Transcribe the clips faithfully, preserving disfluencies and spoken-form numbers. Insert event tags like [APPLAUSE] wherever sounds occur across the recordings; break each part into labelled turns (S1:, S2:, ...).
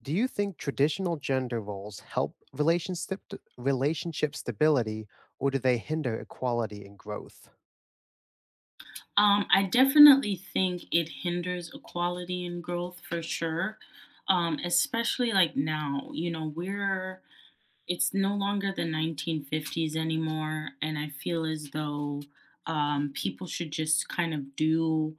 S1: Do you think traditional gender roles help relationship relationship stability, or do they hinder equality and growth?
S2: Um, I definitely think it hinders equality and growth for sure. Um, especially like now, you know, we're it's no longer the nineteen fifties anymore, and I feel as though um, people should just kind of do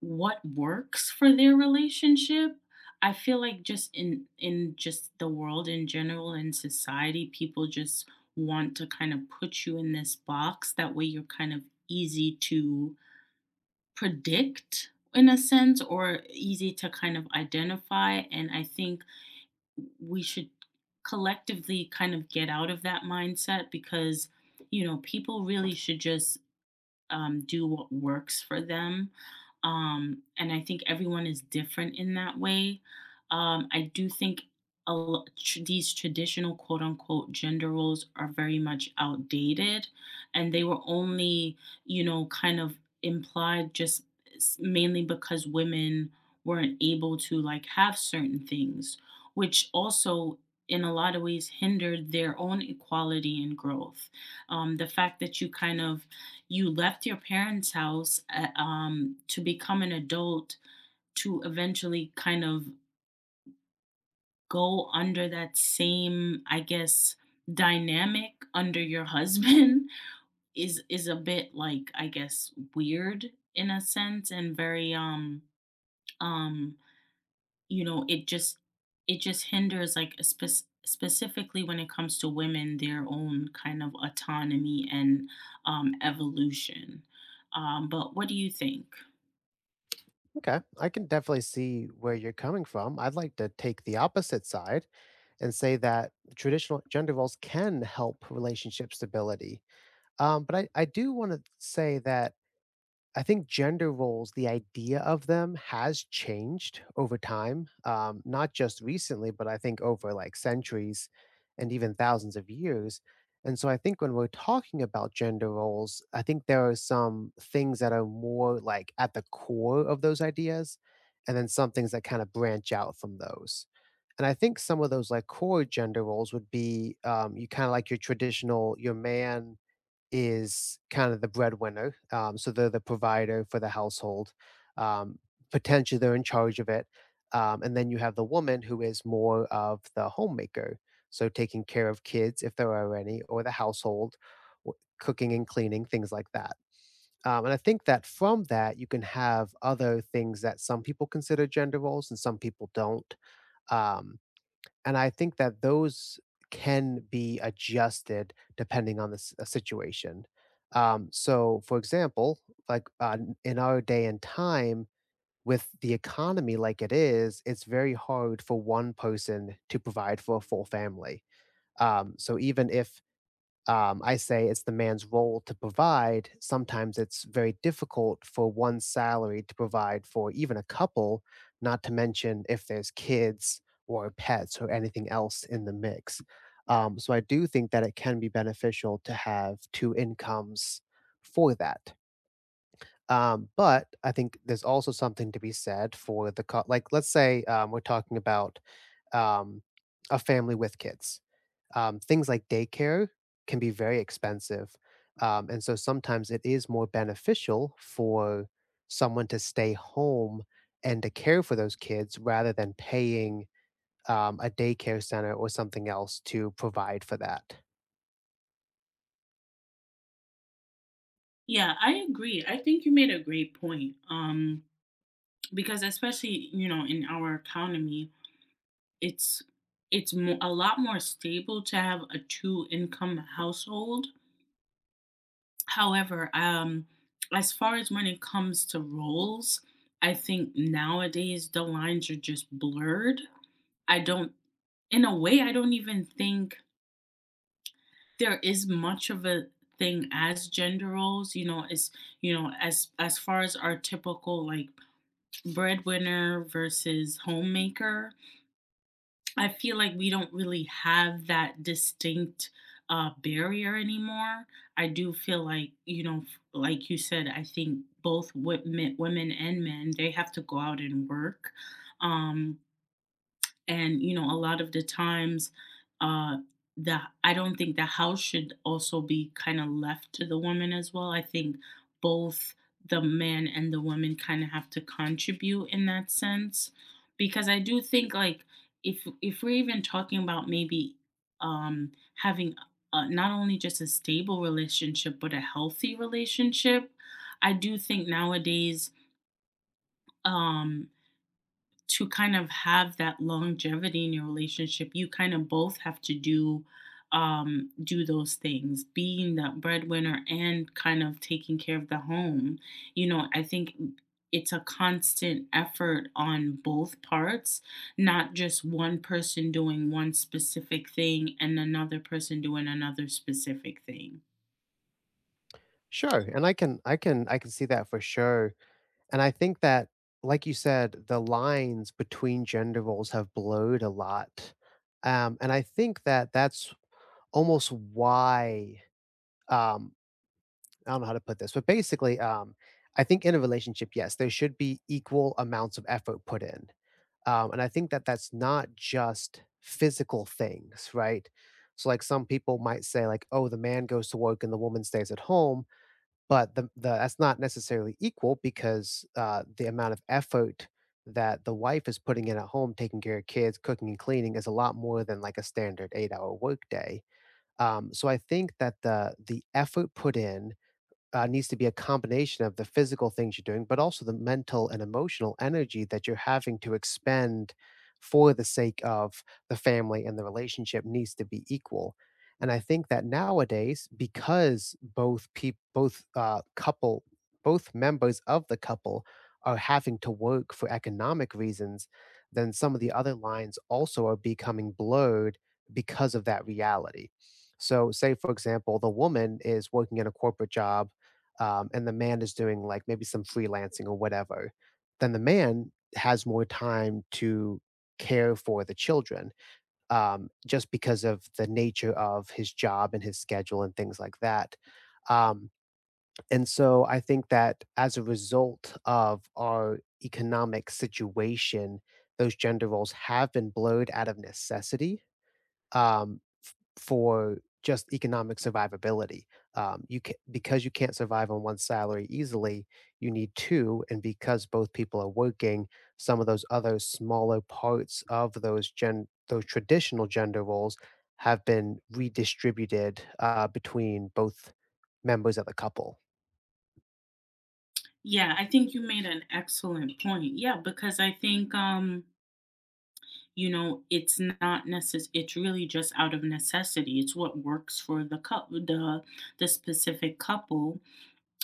S2: what works for their relationship. I feel like just in in just the world in general in society, people just want to kind of put you in this box. That way, you're kind of easy to predict in a sense, or easy to kind of identify. And I think we should collectively kind of get out of that mindset because, you know, people really should just um, do what works for them. Um, and I think everyone is different in that way. Um, I do think a, lo- tr- these traditional quote unquote gender roles are very much outdated, and they were only, you know, kind of implied just s- mainly because women weren't able to like have certain things, which also in a lot of ways hindered their own equality and growth. Um, the fact that you kind of you left your parents' house uh, um, to become an adult, to eventually kind of go under that same, I guess, dynamic under your husband [LAUGHS] is is a bit like, I guess, weird in a sense, and very um um you know, it just it just hinders like a spec- specifically when it comes to women, their own kind of autonomy and um evolution. Um but what do you think?
S1: Okay, I can definitely see where you're coming from. I'd like to take the opposite side and say that traditional gender roles can help relationship stability. Um, but I, I do want to say that I think gender roles, the idea of them has changed over time, um, not just recently, but I think over like centuries and even thousands of years. And so I think when we're talking about gender roles, I think there are some things that are more like at the core of those ideas, and then some things that kind of branch out from those. And I think some of those like core gender roles would be um, you kind of like your traditional, your man, is kind of the breadwinner, um, so they're the provider for the household. Um, Potentially, they're in charge of it, um, and then you have the woman who is more of the homemaker, so taking care of kids if there are any, or the household, w- cooking and cleaning, things like that. Um, and I think that from that you can have other things that some people consider gender roles and some people don't. Um, and I think that those can be adjusted depending on the s- uh, situation. Um, so, for example, like uh, n- in our day and time, with the economy like it is, it's very hard for one person to provide for a full family. Um, so, even if um, I say it's the man's role to provide. Sometimes it's very difficult for one salary to provide for even a couple, not to mention if there's kids or pets or anything else in the mix. Um, so I do think that it can be beneficial to have two incomes for that. Um, but I think there's also something to be said for the co- like. Let's say um, we're talking about um, a family with kids um, things like daycare can be very expensive. Um, and so sometimes it is more beneficial for someone to stay home and to care for those kids rather than paying um, a daycare center or something else to provide for that.
S2: Yeah, I agree. I think you made a great point. Um, because especially, you know, in our economy, it's it's mo- a lot more stable to have a two income household. However, um, as far as when it comes to roles, I think nowadays the lines are just blurred. I don't, in a way, I don't even think there is much of a thing as gender roles. You know, it's you know, as as far as our typical like breadwinner versus homemaker. I feel like we don't really have that distinct uh, barrier anymore. I do feel like, you know, f- like you said, I think both wo- men- women and men, they have to go out and work. Um, and, you know, a lot of the times, uh, the I don't think the house should also be kind of left to the woman as well. I think both the man and the woman kind of have to contribute in that sense, because I do think like, if if we're even talking about maybe um, having uh, not only just a stable relationship but a healthy relationship, I do think nowadays. Um, to kind of have that longevity in your relationship, you kind of both have to do um do those things, being that breadwinner and kind of taking care of the home. You know, I think it's a constant effort on both parts, not just one person doing one specific thing and another person doing another specific thing.
S1: Sure, and I can I can I can see that for sure. And I think that like you said, the lines between gender roles have blurred a lot. Um, and I think that that's almost why um, I don't know how to put this, but basically, um, I think in a relationship, yes, there should be equal amounts of effort put in. Um, and I think that that's not just physical things, right? So, like some people might say, like, oh, the man goes to work and the woman stays at home, but the, the that's not necessarily equal because uh, the amount of effort that the wife is putting in at home, taking care of kids, cooking and cleaning, is a lot more than like a standard eight-hour workday. Um, so I think that the the effort put in uh, needs to be a combination of the physical things you're doing, but also the mental and emotional energy that you're having to expend for the sake of the family and the relationship needs to be equal. And I think that nowadays, because both people, both uh, couple, both members of the couple are having to work for economic reasons, then some of the other lines also are becoming blurred because of that reality. So, say for example, the woman is working in a corporate job um, and the man is doing like maybe some freelancing or whatever, then the man has more time to care for the children um, just because of the nature of his job and his schedule and things like that. Um, and so I think that as a result of our economic situation, those gender roles have been blurred out of necessity. Um, for just economic survivability. Um, you can, because you can't survive on one salary easily, you need two, and because both people are working, some of those other smaller parts of those gen those traditional gender roles have been redistributed uh, between both members of the couple.
S2: Yeah, I think you made an excellent point. Yeah, because I think um you know, it's not necess it's really just out of necessity. It's what works for the cou the the specific couple,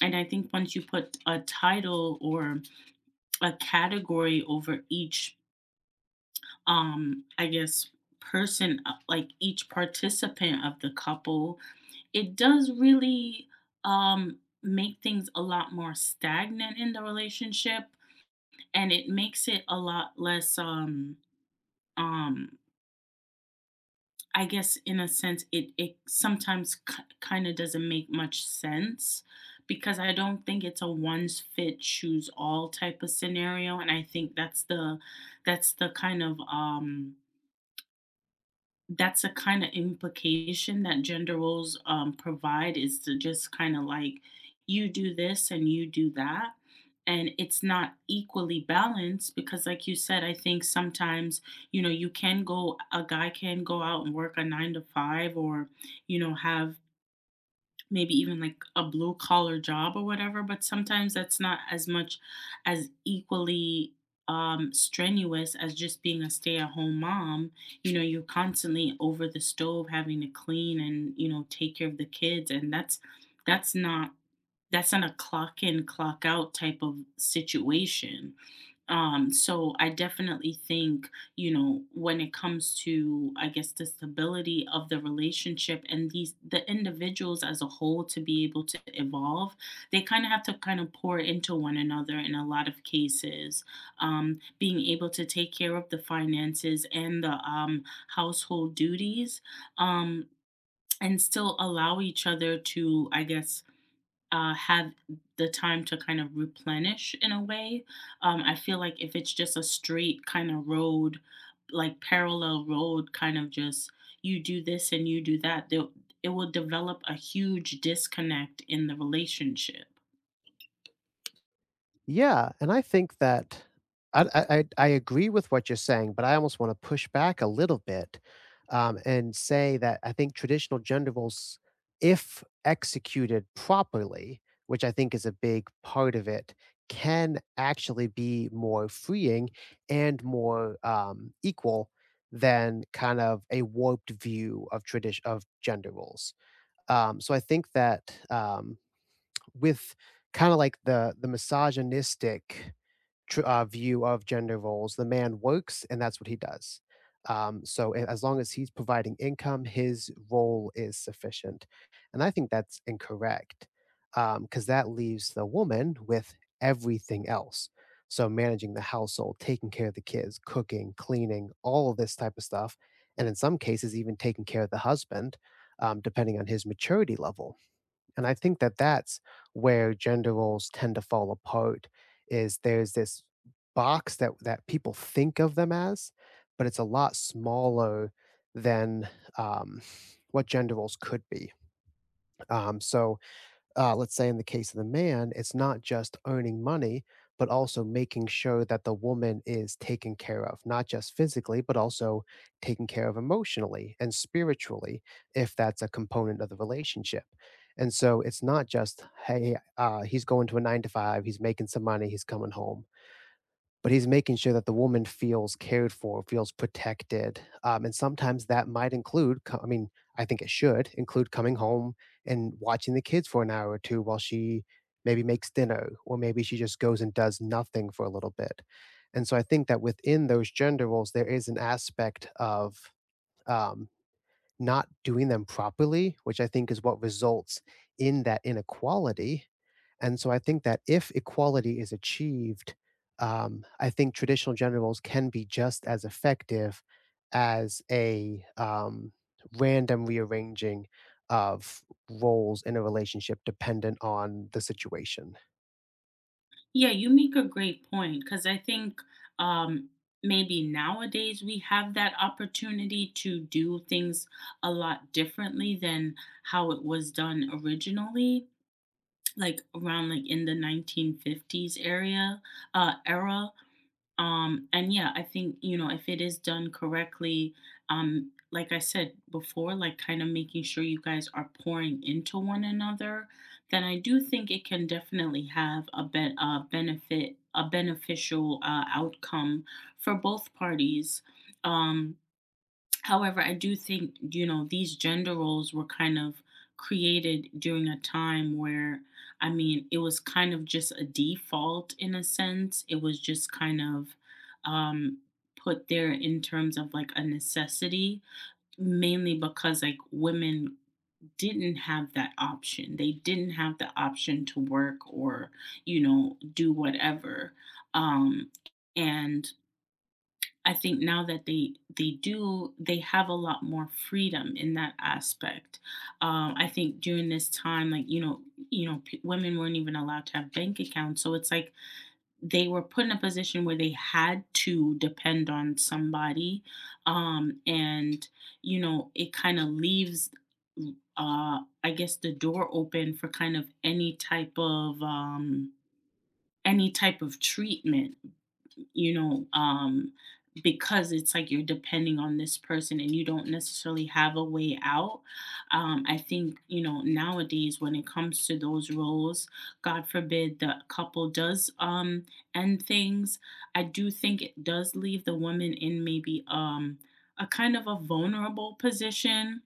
S2: and I think once you put a title or a category over each, um, I guess, person, uh, like, each participant of the couple, it does really, um, make things a lot more stagnant in the relationship, and it makes it a lot less, um, um I guess in a sense it it sometimes k kind of doesn't make much sense, because I don't think it's a one's fit choose all type of scenario. And I think that's the that's the kind of um that's a kind of implication that gender roles um, provide, is to just kind of like, you do this and you do that, and it's not equally balanced. Because like you said, I think sometimes, you know, you can go a guy can go out and work a nine to five, or, you know, have maybe even like a blue collar job or whatever, but sometimes that's not as much as equally um, strenuous as just being a stay at home mom. You know, you're constantly over the stove, having to clean, and, you know, take care of the kids, and that's that's not that's not a clock in clock out type of situation. Um, so I definitely think, you know, when it comes to, I guess, the stability of the relationship and these the individuals as a whole to be able to evolve, they kind of have to kind of pour into one another in a lot of cases. Um, being able to take care of the finances and the um, household duties, um, and still allow each other to, I guess, uh, have the time to kind of replenish in a way. Um, I feel like if it's just a straight kind of road, like parallel road, kind of just you do this and you do that, they it will develop a huge disconnect in the relationship.
S1: Yeah, and I think that I I I I agree with what you're saying, but I almost wanna push back a little bit, um, and say that I think traditional gender roles, if executed properly, which I think is a big part of it, can actually be more freeing and more, um, equal than kind of a warped view of tradition of gender roles. Um, so I think that, um, with kinda like the the misogynistic tr- uh, view of gender roles. The man works, and that's what he does. Um, so a- as long as he's providing income, his role is sufficient, and I think that's incorrect because that leaves the woman with everything else. So managing the household, taking care of the kids, cooking, cleaning, all of this type of stuff, and in some cases even taking care of the husband, um, depending on his maturity level and I think that that's where gender roles tend to fall apart is there's this box that that people think of them as, but it's a lot smaller than, um, what gender roles could be. Um, so uh, let's say in the case of the man, it's not just earning money, but also making sure that the woman is taken care of, not just physically, but also taken care of emotionally and spiritually, if that's a component of the relationship. And so it's not just, hey, uh, he's going to a nine to five, he's making some money, he's coming home but he's making sure that the woman feels cared for, feels protected. Um, and sometimes that might include, co- I mean, I think it should include coming home and watching the kids for an hour or two while she maybe makes dinner, or maybe she just goes and does nothing for a little bit. And so I think that within those gender roles, there is an aspect of um, not doing them properly, which I think is what results in that inequality and so I think that if equality is achieved, um, I think traditional gender roles can be just as effective as a um, random rearranging of roles in a relationship dependent on the situation.
S2: Yeah, you make a great point because I think um, maybe nowadays we have that opportunity to do things a lot differently than how it was done originally, like around like in the nineteen fifties area uh era. Um and Yeah, I think, you know, if it is done correctly, um like I said before, like kind of making sure you guys are pouring into one another, then I do think it can definitely have a be- a benefit a beneficial uh, outcome for both parties. Um However, I do think, you know, these gender roles were kind of created during a time where, I mean, it was kind of just a default in a sense. It was just kind of um, put there in terms of like a necessity, mainly because like women didn't have that option. They didn't have the option to work or, you know, do whatever. Um, and I think now that they they do, they have a lot more freedom in that aspect. Um, I think during this time, like, you know, you know, p- women weren't even allowed to have bank accounts, so it's like they were put in a position where they had to depend on somebody, um, and, you know, it kind of leaves, uh, I guess, the door open for kind of any type of um, any type of treatment, you know, um, because it's like you're depending on this person and you don't necessarily have a way out. Um, I think, you know, nowadays when it comes to those roles, God forbid the couple does um, end things. I do think it does leave the woman in maybe um, a kind of a vulnerable position,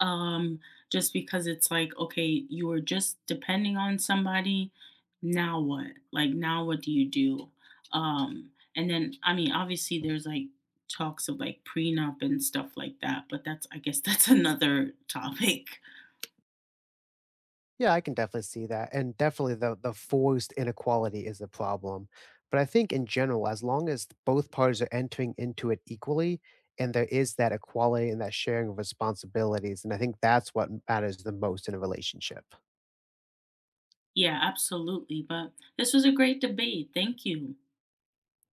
S2: um just because it's like, okay, you were just depending on somebody, now what, like, now what do you do? Um and Then, I mean, obviously there's like talks of like prenup and stuff like that, but that's i guess that's [LAUGHS] another topic.
S1: Yeah, I can definitely see that, and definitely the the forced inequality is the problem. But I think in general, as long as both parties are entering into it equally, and there is that equality and that sharing of responsibilities, and I think that's what matters the most in a relationship.
S2: Yeah, absolutely. But this was a great debate. Thank you.